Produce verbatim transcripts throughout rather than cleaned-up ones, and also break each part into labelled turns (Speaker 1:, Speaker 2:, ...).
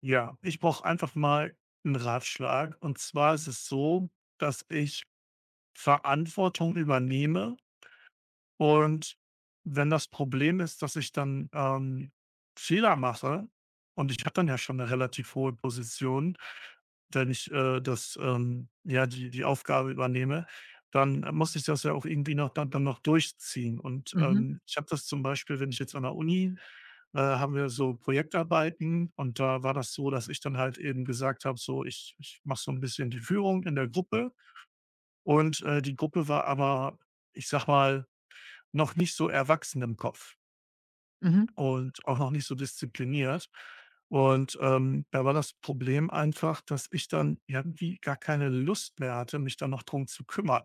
Speaker 1: Ja, ich brauche einfach mal einen Ratschlag. Und zwar ist es so, dass ich Verantwortung übernehme und wenn das Problem ist, dass ich dann, ähm, Fehler mache und ich habe dann ja schon eine relativ hohe Position, wenn ich, äh, das, ähm ja, die die Aufgabe übernehme, dann muss ich das ja auch irgendwie noch dann dann noch durchziehen. Und,
Speaker 2: Mhm,
Speaker 1: ähm, ich habe das zum Beispiel, wenn ich jetzt an der Uni äh, haben wir so Projektarbeiten und da war das so, dass ich dann halt eben gesagt habe, so ich, ich mache so ein bisschen die Führung in der Gruppe und äh, die Gruppe war aber, ich sag mal, noch nicht so erwachsen im Kopf
Speaker 2: mhm,
Speaker 1: und auch noch nicht so diszipliniert. Und ähm, da war das Problem einfach, dass ich dann irgendwie gar keine Lust mehr hatte, mich dann noch drum zu kümmern.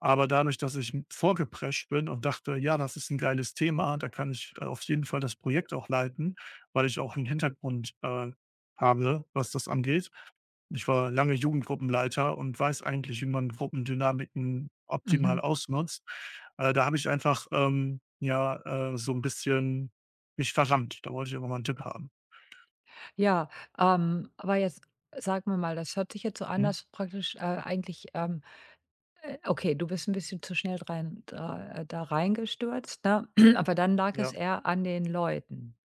Speaker 1: Aber dadurch, dass ich vorgeprescht bin und dachte: „Ja, das ist ein geiles Thema, da kann ich äh, auf jeden Fall das Projekt auch leiten“, weil ich auch einen Hintergrund, äh, habe, was das angeht. Ich war lange Jugendgruppenleiter und weiß eigentlich, wie man Gruppendynamiken optimal
Speaker 2: mhm.
Speaker 1: ausnutzt. Äh, da habe ich einfach, ähm, ja, äh, so ein bisschen mich verrannt. Da wollte ich einfach mal einen Tipp haben.
Speaker 2: Ja, ähm, aber jetzt sagen wir mal, das hört sich jetzt so an,
Speaker 1: Mhm.
Speaker 2: dass praktisch, äh, eigentlich, ähm äh, okay, du bist ein bisschen zu schnell rein da äh, da reingestürzt, ne? Aber dann lag es
Speaker 1: Ja.
Speaker 2: eher an den Leuten.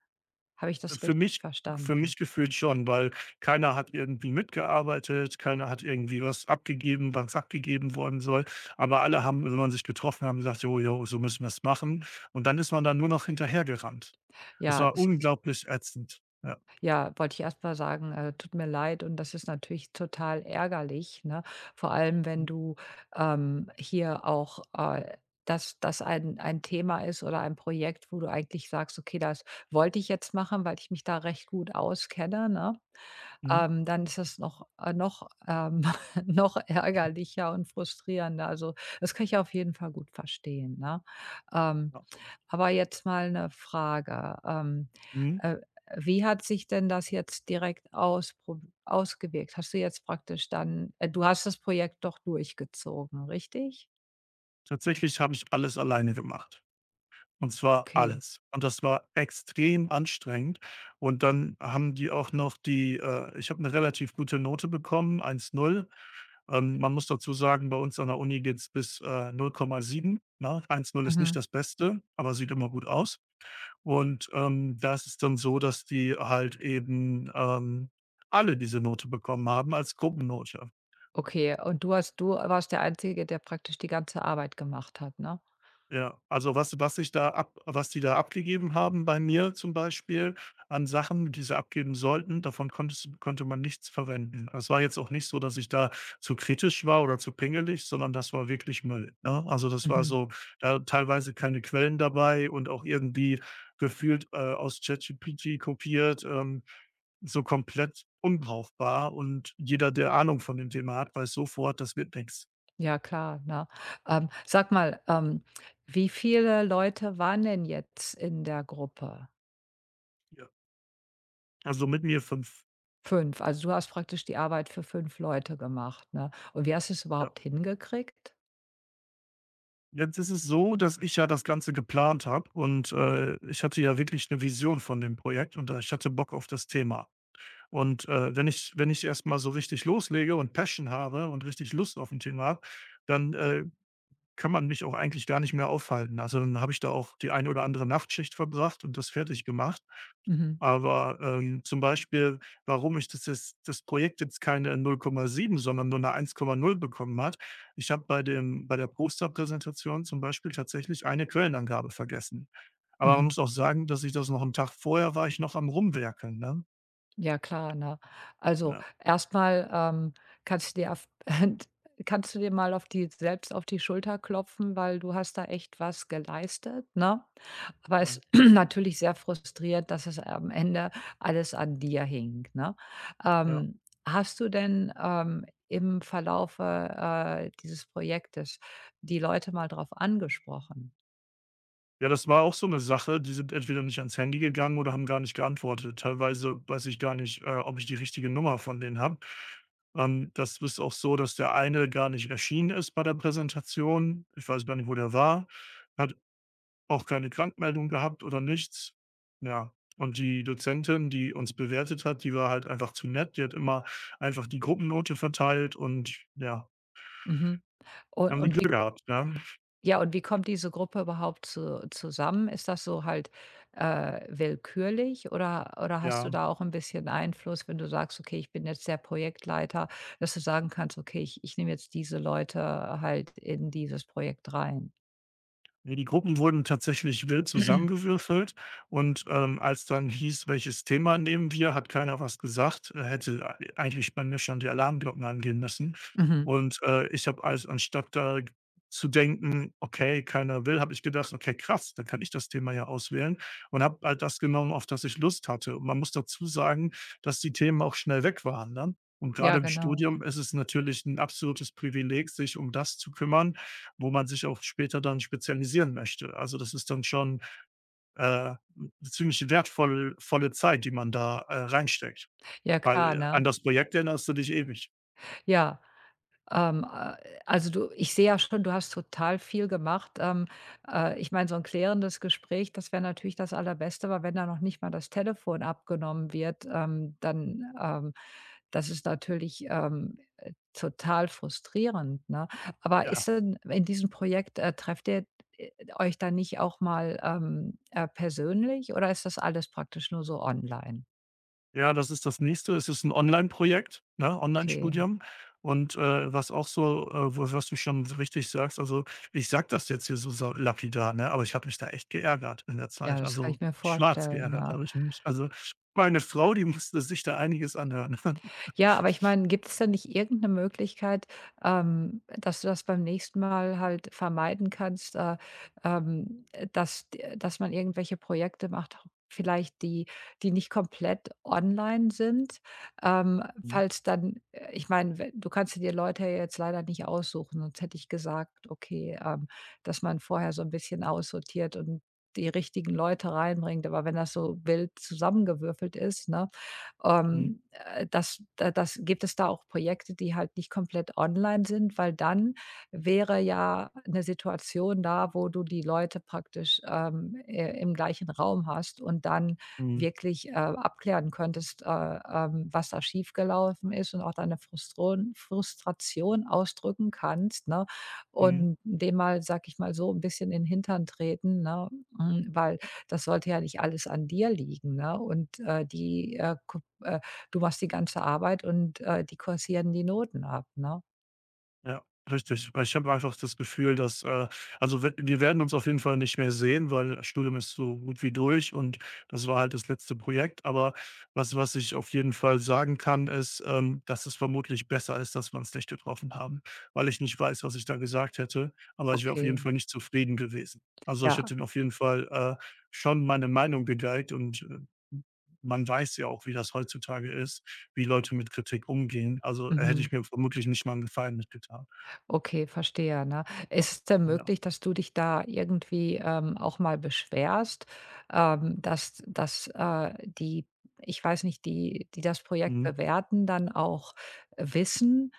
Speaker 2: Habe ich das
Speaker 1: Für
Speaker 2: richtig
Speaker 1: mich für
Speaker 2: verstanden?
Speaker 1: mich gefühlt schon, weil keiner hat irgendwie mitgearbeitet, keiner hat irgendwie was abgegeben, was abgegeben worden soll. Aber alle haben, wenn man sich getroffen haben, gesagt, jo, jo, so müssen wir es machen. Und dann ist man dann nur noch hinterhergerannt. Das
Speaker 2: Ja,
Speaker 1: war
Speaker 2: das ist
Speaker 1: unglaublich ätzend. Ja.
Speaker 2: Ja, wollte ich erst mal sagen, äh, tut mir leid und das ist natürlich total ärgerlich, ne? Vor allem, wenn
Speaker 1: Mhm.
Speaker 2: du, ähm, hier auch, äh dass das ein ein Thema ist oder ein Projekt, wo du eigentlich sagst: „Okay, das wollte ich jetzt machen, weil ich mich da recht gut auskenne“, ne?
Speaker 1: Mhm.
Speaker 2: Ähm, dann ist das noch äh, noch, ähm noch ärgerlicher und frustrierender. Also, das kann ich auf jeden Fall gut verstehen, ne? Ähm,
Speaker 1: Ja.
Speaker 2: aber jetzt mal eine Frage, ähm,
Speaker 1: Mhm.
Speaker 2: äh, wie hat sich denn das jetzt direkt ausprob ausgewirkt? Hast du jetzt praktisch dann äh, du hast das Projekt doch durchgezogen, richtig?
Speaker 1: Tatsächlich habe ich alles alleine gemacht. Und zwar
Speaker 2: Okay.
Speaker 1: alles. Und das war extrem anstrengend. Und dann haben die auch noch die, äh ich habe eine relativ gute Note bekommen, eins Komma null. Ähm, man muss dazu sagen, bei uns an der Uni geht's bis, äh, null Komma sieben, ne? eins Komma null ist nicht
Speaker 2: Mhm.
Speaker 1: das Beste, aber sieht immer gut aus. Und, ähm, da ist es dann so, dass die halt eben, ähm, alle diese Note bekommen haben als Gruppennote.
Speaker 2: Okay, und du hast du warst der Einzige, der praktisch die ganze Arbeit gemacht hat, ne?
Speaker 1: Ja, also was was ich da ab was die da abgegeben haben bei mir zum Beispiel an Sachen, die sie abgeben sollten, davon konntest konnte man nichts verwenden. Es war jetzt auch nicht so, dass ich da zu kritisch war oder zu pingelig, sondern das war wirklich Müll, ne? Also, das war
Speaker 2: Mhm.
Speaker 1: so da teilweise keine Quellen dabei und auch irgendwie gefühlt, äh, aus ChatGPT kopiert, ähm, so komplett unbrauchbar und jeder, der Ahnung von dem Thema hat, weiß sofort, das wird nichts.
Speaker 2: Ja klar, ne? Ähm, sag mal, ähm, wie viele Leute waren denn jetzt in der Gruppe?
Speaker 1: Ja. Also mit mir fünf.
Speaker 2: Fünf. Also, du hast praktisch die Arbeit für fünf Leute gemacht, ne? Und wie hast du es
Speaker 1: Ja.
Speaker 2: überhaupt hingekriegt?
Speaker 1: Jetzt ist es so, dass ich ja das Ganze geplant habe und, äh, ich hatte ja wirklich eine Vision von dem Projekt und, äh, ich hatte Bock auf das Thema. Und, äh, wenn ich wenn ich erst mal so richtig loslege und Passion habe und richtig Lust auf ein Thema habe, dann, äh, kann man mich auch eigentlich gar nicht mehr aufhalten. Also, dann habe ich da auch die eine oder andere Nachtschicht verbracht und das fertig gemacht.
Speaker 2: Mhm.
Speaker 1: Aber, ähm, zum Beispiel, warum ich das jetzt das Projekt jetzt keine null Komma sieben, sondern nur 'ne eins Komma null bekommen hat. Ich habe bei dem bei der Posterpräsentation zum Beispiel tatsächlich eine Quellenangabe vergessen. Aber man
Speaker 2: Mhm.
Speaker 1: muss auch sagen, dass ich das noch 'n Tag vorher war ich noch am Rumwerkeln, ne?
Speaker 2: Ja klar, ne? Also,
Speaker 1: Ja,
Speaker 2: erstmal ähm, kannst du dir auf kannst du dir mal auf die selbst auf die Schulter klopfen, weil du hast da echt was geleistet, ne? Aber
Speaker 1: ja,
Speaker 2: es natürlich sehr frustriert, dass es am Ende alles an dir hing, ne?
Speaker 1: ja.
Speaker 2: Ähm, hast du denn, ähm, im Verlaufe, äh, dieses Projektes die Leute mal drauf angesprochen?
Speaker 1: Ja, das war auch so eine Sache. Die sind entweder nicht ans Handy gegangen oder haben gar nicht geantwortet. Teilweise weiß ich gar nicht, äh, ob ich die richtige Nummer von denen habe. Ähm, das ist auch so, dass der eine gar nicht erschienen ist bei der Präsentation. Ich weiß gar nicht, wo der war. Hat auch keine Krankmeldung gehabt oder nichts. Ja, und die Dozentin, die uns bewertet hat, die war halt einfach zu nett. Die hat immer einfach die Gruppennote verteilt und ja,
Speaker 2: Mhm. Und
Speaker 1: haben die
Speaker 2: und
Speaker 1: Glück
Speaker 2: wie
Speaker 1: gehabt, ne?
Speaker 2: Ja, und wie kommt diese Gruppe überhaupt zu zusammen? Ist das so halt, äh, willkürlich oder oder hast du
Speaker 1: Ja.
Speaker 2: da auch ein bisschen Einfluss, wenn du sagst: „Okay, ich bin jetzt der Projektleiter“, dass du sagen kannst: „Okay, ich ich nehme jetzt diese Leute halt in dieses Projekt rein.“
Speaker 1: Ne, die Gruppen wurden tatsächlich wild zusammengewürfelt und, ähm, als dann hieß: „Welches Thema nehmen wir?“, hat keiner was gesagt. Äh, hätte eigentlich bei mir schon die Alarmglocken angehen müssen.
Speaker 2: Mhm.
Speaker 1: Und, äh, ich habe als anstatt da zu denken: „Okay, keiner will“, habe ich gedacht: „Okay, krass, dann kann ich das Thema ja auswählen“, und habe halt das genommen, auf das ich Lust hatte. Und man muss dazu sagen, dass die Themen auch schnell weg waren, ne? Und gerade
Speaker 2: Ja,
Speaker 1: im
Speaker 2: genau.
Speaker 1: Studium ist es natürlich ein absolutes Privileg, sich um das zu kümmern, wo man sich auch später dann spezialisieren möchte. Also, das ist dann schon, äh, 'n ziemlich wertvolle volle Zeit, die man da, äh, reinsteckt,
Speaker 2: Ja,
Speaker 1: weil
Speaker 2: klar,
Speaker 1: äh, an
Speaker 2: ne?
Speaker 1: das Projekt erinnerst du dich ewig.
Speaker 2: Ja. Ähm, äh, also du, ich sehe ja schon, du hast total viel gemacht. Ähm, äh, ich meine, so ein klärendes Gespräch, das wäre natürlich das Allerbeste, aber wenn da noch nicht mal das Telefon abgenommen wird, ähm, dann, ähm das ist natürlich, ähm, total frustrierend, ne? Aber
Speaker 1: Ja.
Speaker 2: ist denn in diesem Projekt, äh, trefft ihr, äh, euch dann nicht auch mal, ähm, äh, persönlich oder ist das alles praktisch nur so online?
Speaker 1: Ja, das ist das Nächste. Es ist ein Online-Projekt, ne,
Speaker 2: Okay,
Speaker 1: Online-Studium und, äh, was auch so, äh w was du schon richtig sagst, also, ich sag das jetzt hier so sa lapidar, ne, aber ich habe mich da echt geärgert in der
Speaker 2: ja,
Speaker 1: Zeit.
Speaker 2: das kann
Speaker 1: Also,
Speaker 2: ich mir
Speaker 1: schwarz
Speaker 2: vorstellen,
Speaker 1: geärgert
Speaker 2: ne?
Speaker 1: habe ich mich. Also, meine Frau, die musste sich da einiges anhören.
Speaker 2: Ja, aber ich meine, gibt es da nicht irgendeine Möglichkeit, ähm, dass du das beim nächsten Mal halt vermeiden kannst, äh, ähm, dass d dass man irgendwelche Projekte macht, vielleicht die die nicht komplett online sind? Ähm,
Speaker 1: Mhm,
Speaker 2: falls dann äh, ich meine, du kannst dir die Leute ja jetzt leider nicht aussuchen, sonst hätte ich gesagt, okay, ähm, dass man vorher so ein bisschen aussortiert und die richtigen Leute reinbringt. Aber wenn das so wild zusammengewürfelt ist, ne?
Speaker 1: mhm,
Speaker 2: Ähm, äh, das da das gibt es da auch Projekte, die halt nicht komplett online sind, weil dann wäre ja eine Situation da, wo du die Leute praktisch, ähm, äh, im gleichen Raum hast und dann
Speaker 1: mhm,
Speaker 2: wirklich, äh, abklären könntest, äh, ähm, was da schiefgelaufen ist und auch deine Frustron Frustration ausdrücken kannst, ne?
Speaker 1: mhm.
Speaker 2: Und dem mal, sage ich mal so, ein bisschen in den Hintern treten, ne? Hm, weil das sollte ja nicht alles an dir liegen, ne? Und, äh, die, äh, guck äh, du machst die ganze Arbeit und, äh, die kursieren die Noten ab, ne?
Speaker 1: Ja, richtig. Weil ich habe einfach das Gefühl, dass äh, also wir wir werden uns auf jeden Fall nicht mehr sehen, weil das Studium ist so gut wie durch und das war halt das letzte Projekt. Aber was was ich auf jeden Fall sagen kann, ist, ähm, dass es vermutlich besser ist, dass wir uns nicht getroffen haben, weil ich nicht weiß, was ich da gesagt hätte, aber ich wäre auf jeden
Speaker 2: Okay,
Speaker 1: Fall nicht zufrieden gewesen. Also ich
Speaker 2: ja.
Speaker 1: hätte auf jeden Fall äh, schon meine Meinung gegeigt und äh, man weiß ja auch, wie das heutzutage ist wie Leute mit Kritik umgehen. Also, äh, hätte ich
Speaker 2: Mhm.
Speaker 1: mir vermutlich nicht mal einen Gefallen mit
Speaker 2: Okay, verstehe, ne? Ist es denn
Speaker 1: Ja.
Speaker 2: möglich, dass du dich da irgendwie, ähm, auch mal beschwerst, ähm, dass dass, äh, die ich weiß nicht, die die das Projekt
Speaker 1: Mhm.
Speaker 2: bewerten, dann auch wissen,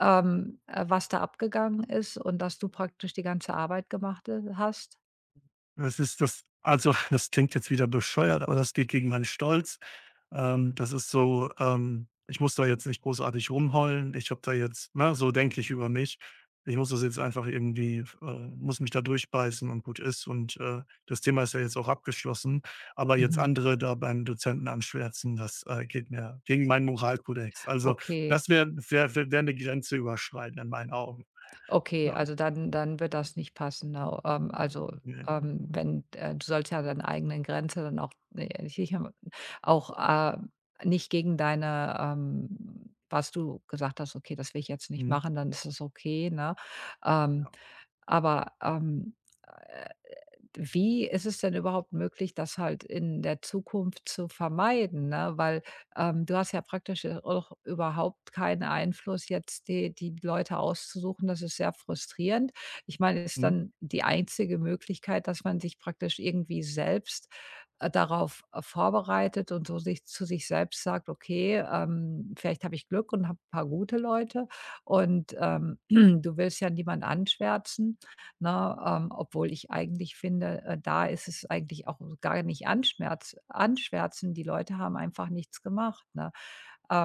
Speaker 2: ähm, äh, was da abgegangen ist und dass du praktisch die ganze Arbeit gemacht, äh, hast?
Speaker 1: Das ist das also, das klingt jetzt wieder bescheuert, aber das geht gegen meinen Stolz. Ähm, das ist so, ähm, ich muss da jetzt nicht großartig rumheulen. Ich habe da jetzt ne, so denke ich über mich. Ich muss das jetzt einfach irgendwie äh, muss mich da durchbeißen und gut ist und, äh, das Thema ist ja jetzt auch abgeschlossen. Aber jetzt
Speaker 2: Mhm.
Speaker 1: andere da beim Dozenten anschwärzen, das, äh, geht mir gegen meinen Moralkodex. Also,
Speaker 2: Okay.
Speaker 1: das wäre wär wär wär 'ne Grenze überschreiten in meinen Augen.
Speaker 2: Okay,
Speaker 1: Ja,
Speaker 2: also dann dann wird das nicht passen, ne? Ähm, also,
Speaker 1: ne,
Speaker 2: ähm, wenn äh, du sollst ja deine eigenen Grenze dann auch ne, äh, sicher auch, äh, nicht gegen deine, ähm was du gesagt hast: „Okay, das will ich jetzt nicht
Speaker 1: mhm,
Speaker 2: machen“, dann ist es okay, ne? Ähm,
Speaker 1: ja,
Speaker 2: aber, ähm wie ist es denn überhaupt möglich, das halt in der Zukunft zu vermeiden, ne? Weil, ähm, du hast ja praktisch ja auch überhaupt keinen Einfluss, jetzt die die Leute auszusuchen. Das ist sehr frustrierend. Ich meine, ist
Speaker 1: mhm,
Speaker 2: dann die einzige Möglichkeit, dass man sich praktisch irgendwie selbst, äh, darauf, äh, vorbereitet und so sich zu sich selbst sagt: „Okay, ähm, vielleicht habe ich Glück und habe ein paar gute Leute“ und, ähm, du willst ja niemand anschwärzen. Ne? Ähm, obwohl ich eigentlich finde, äh, da ist es eigentlich auch gar nicht anschmerz anschwärzen. Die Leute haben einfach nichts gemacht, ne?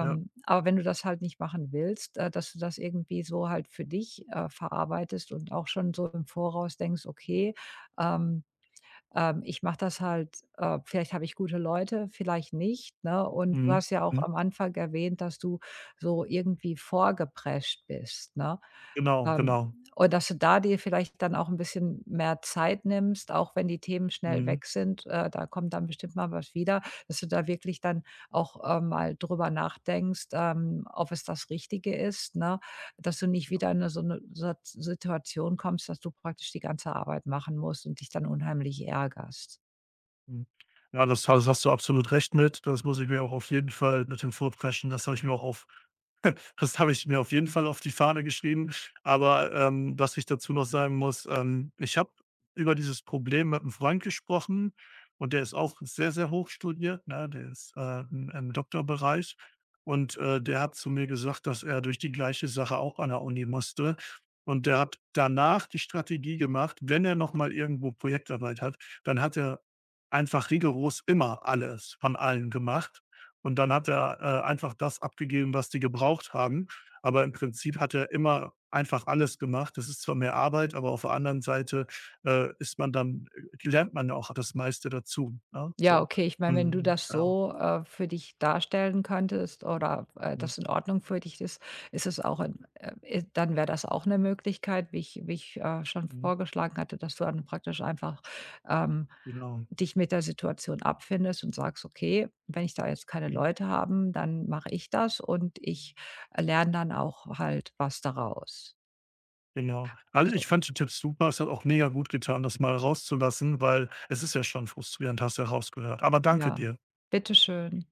Speaker 1: ja,
Speaker 2: aber wenn du das halt nicht machen willst, äh, dass du das irgendwie so halt für dich, äh, verarbeitest und auch schon so im Voraus denkst: „Okay, ähm, ähm, ich mache das halt äh, vielleicht habe ich gute Leute, vielleicht nicht“, ne? Und du
Speaker 1: mhm,
Speaker 2: hast ja auch
Speaker 1: mhm.
Speaker 2: am Anfang erwähnt, dass du so irgendwie vorgeprescht bist, ne?
Speaker 1: Genau,
Speaker 2: Ähm,
Speaker 1: genau.
Speaker 2: und dass du da dir vielleicht dann auch ein bisschen mehr Zeit nimmst, auch wenn die Themen schnell
Speaker 1: Mhm.
Speaker 2: weg sind, äh, da kommt dann bestimmt mal was wieder, dass du da wirklich dann auch, äh, mal drüber nachdenkst, ähm, ob es das Richtige ist, ne? Dass du nicht
Speaker 1: Ja,
Speaker 2: wieder in 'ne so eine Sat Situation kommst, dass du praktisch die ganze Arbeit machen musst und dich dann unheimlich ärgerst.
Speaker 1: mhm. Ja, das ha hast du absolut recht mit. Das muss ich mir auch auf jeden Fall mit dem Vorpreschen das habe ich mir auch auf Das habe ich mir auf jeden Fall auf die Fahne geschrieben. Aber, ähm, was ich dazu noch sagen muss, ähm, ich habe über dieses Problem mit einem Freund gesprochen und der ist auch sehr, sehr hoch studiert, ne? Der ist, äh, im im Doktorbereich und, äh, der hat zu mir gesagt, dass er durch die gleiche Sache auch an der Uni musste. Und der hat danach die Strategie gemacht, wenn er noch mal irgendwo Projektarbeit hat, dann hat er einfach rigoros immer alles von allen gemacht und dann hat er, äh, einfach das abgegeben, was die gebraucht haben. Aber im Prinzip hat er immer einfach alles gemacht. Das ist zwar mehr Arbeit, aber auf der anderen Seite, äh, ist man dann äh, lernt man ja auch das meiste dazu, ne,
Speaker 2: Ja,
Speaker 1: so.
Speaker 2: okay. Ich meine, wenn du
Speaker 1: Und
Speaker 2: das
Speaker 1: ja,
Speaker 2: so, äh, für dich darstellen könntest oder, äh,
Speaker 1: mhm,
Speaker 2: das in Ordnung für dich ist, ist es auch in äh, i dann wäre das auch eine Möglichkeit, wie ich wie ich, äh, schon
Speaker 1: mhm,
Speaker 2: vorgeschlagen hatte, dass du dann praktisch einfach, ähm,
Speaker 1: genau,
Speaker 2: dich mit der Situation abfindest und sagst: „Okay, wenn ich da jetzt keine
Speaker 1: mhm,
Speaker 2: Leute haben, dann mache ich das und ich lerne dann auch halt was daraus.“
Speaker 1: genau. Also, ich
Speaker 2: Also,
Speaker 1: fand die Tipps super. Es hat auch mega gut getan, das mal rauszulassen, weil es ist ja schon frustrierend, hast du ja rausgehört. Aber danke
Speaker 2: ja,
Speaker 1: dir.
Speaker 2: bitteschön.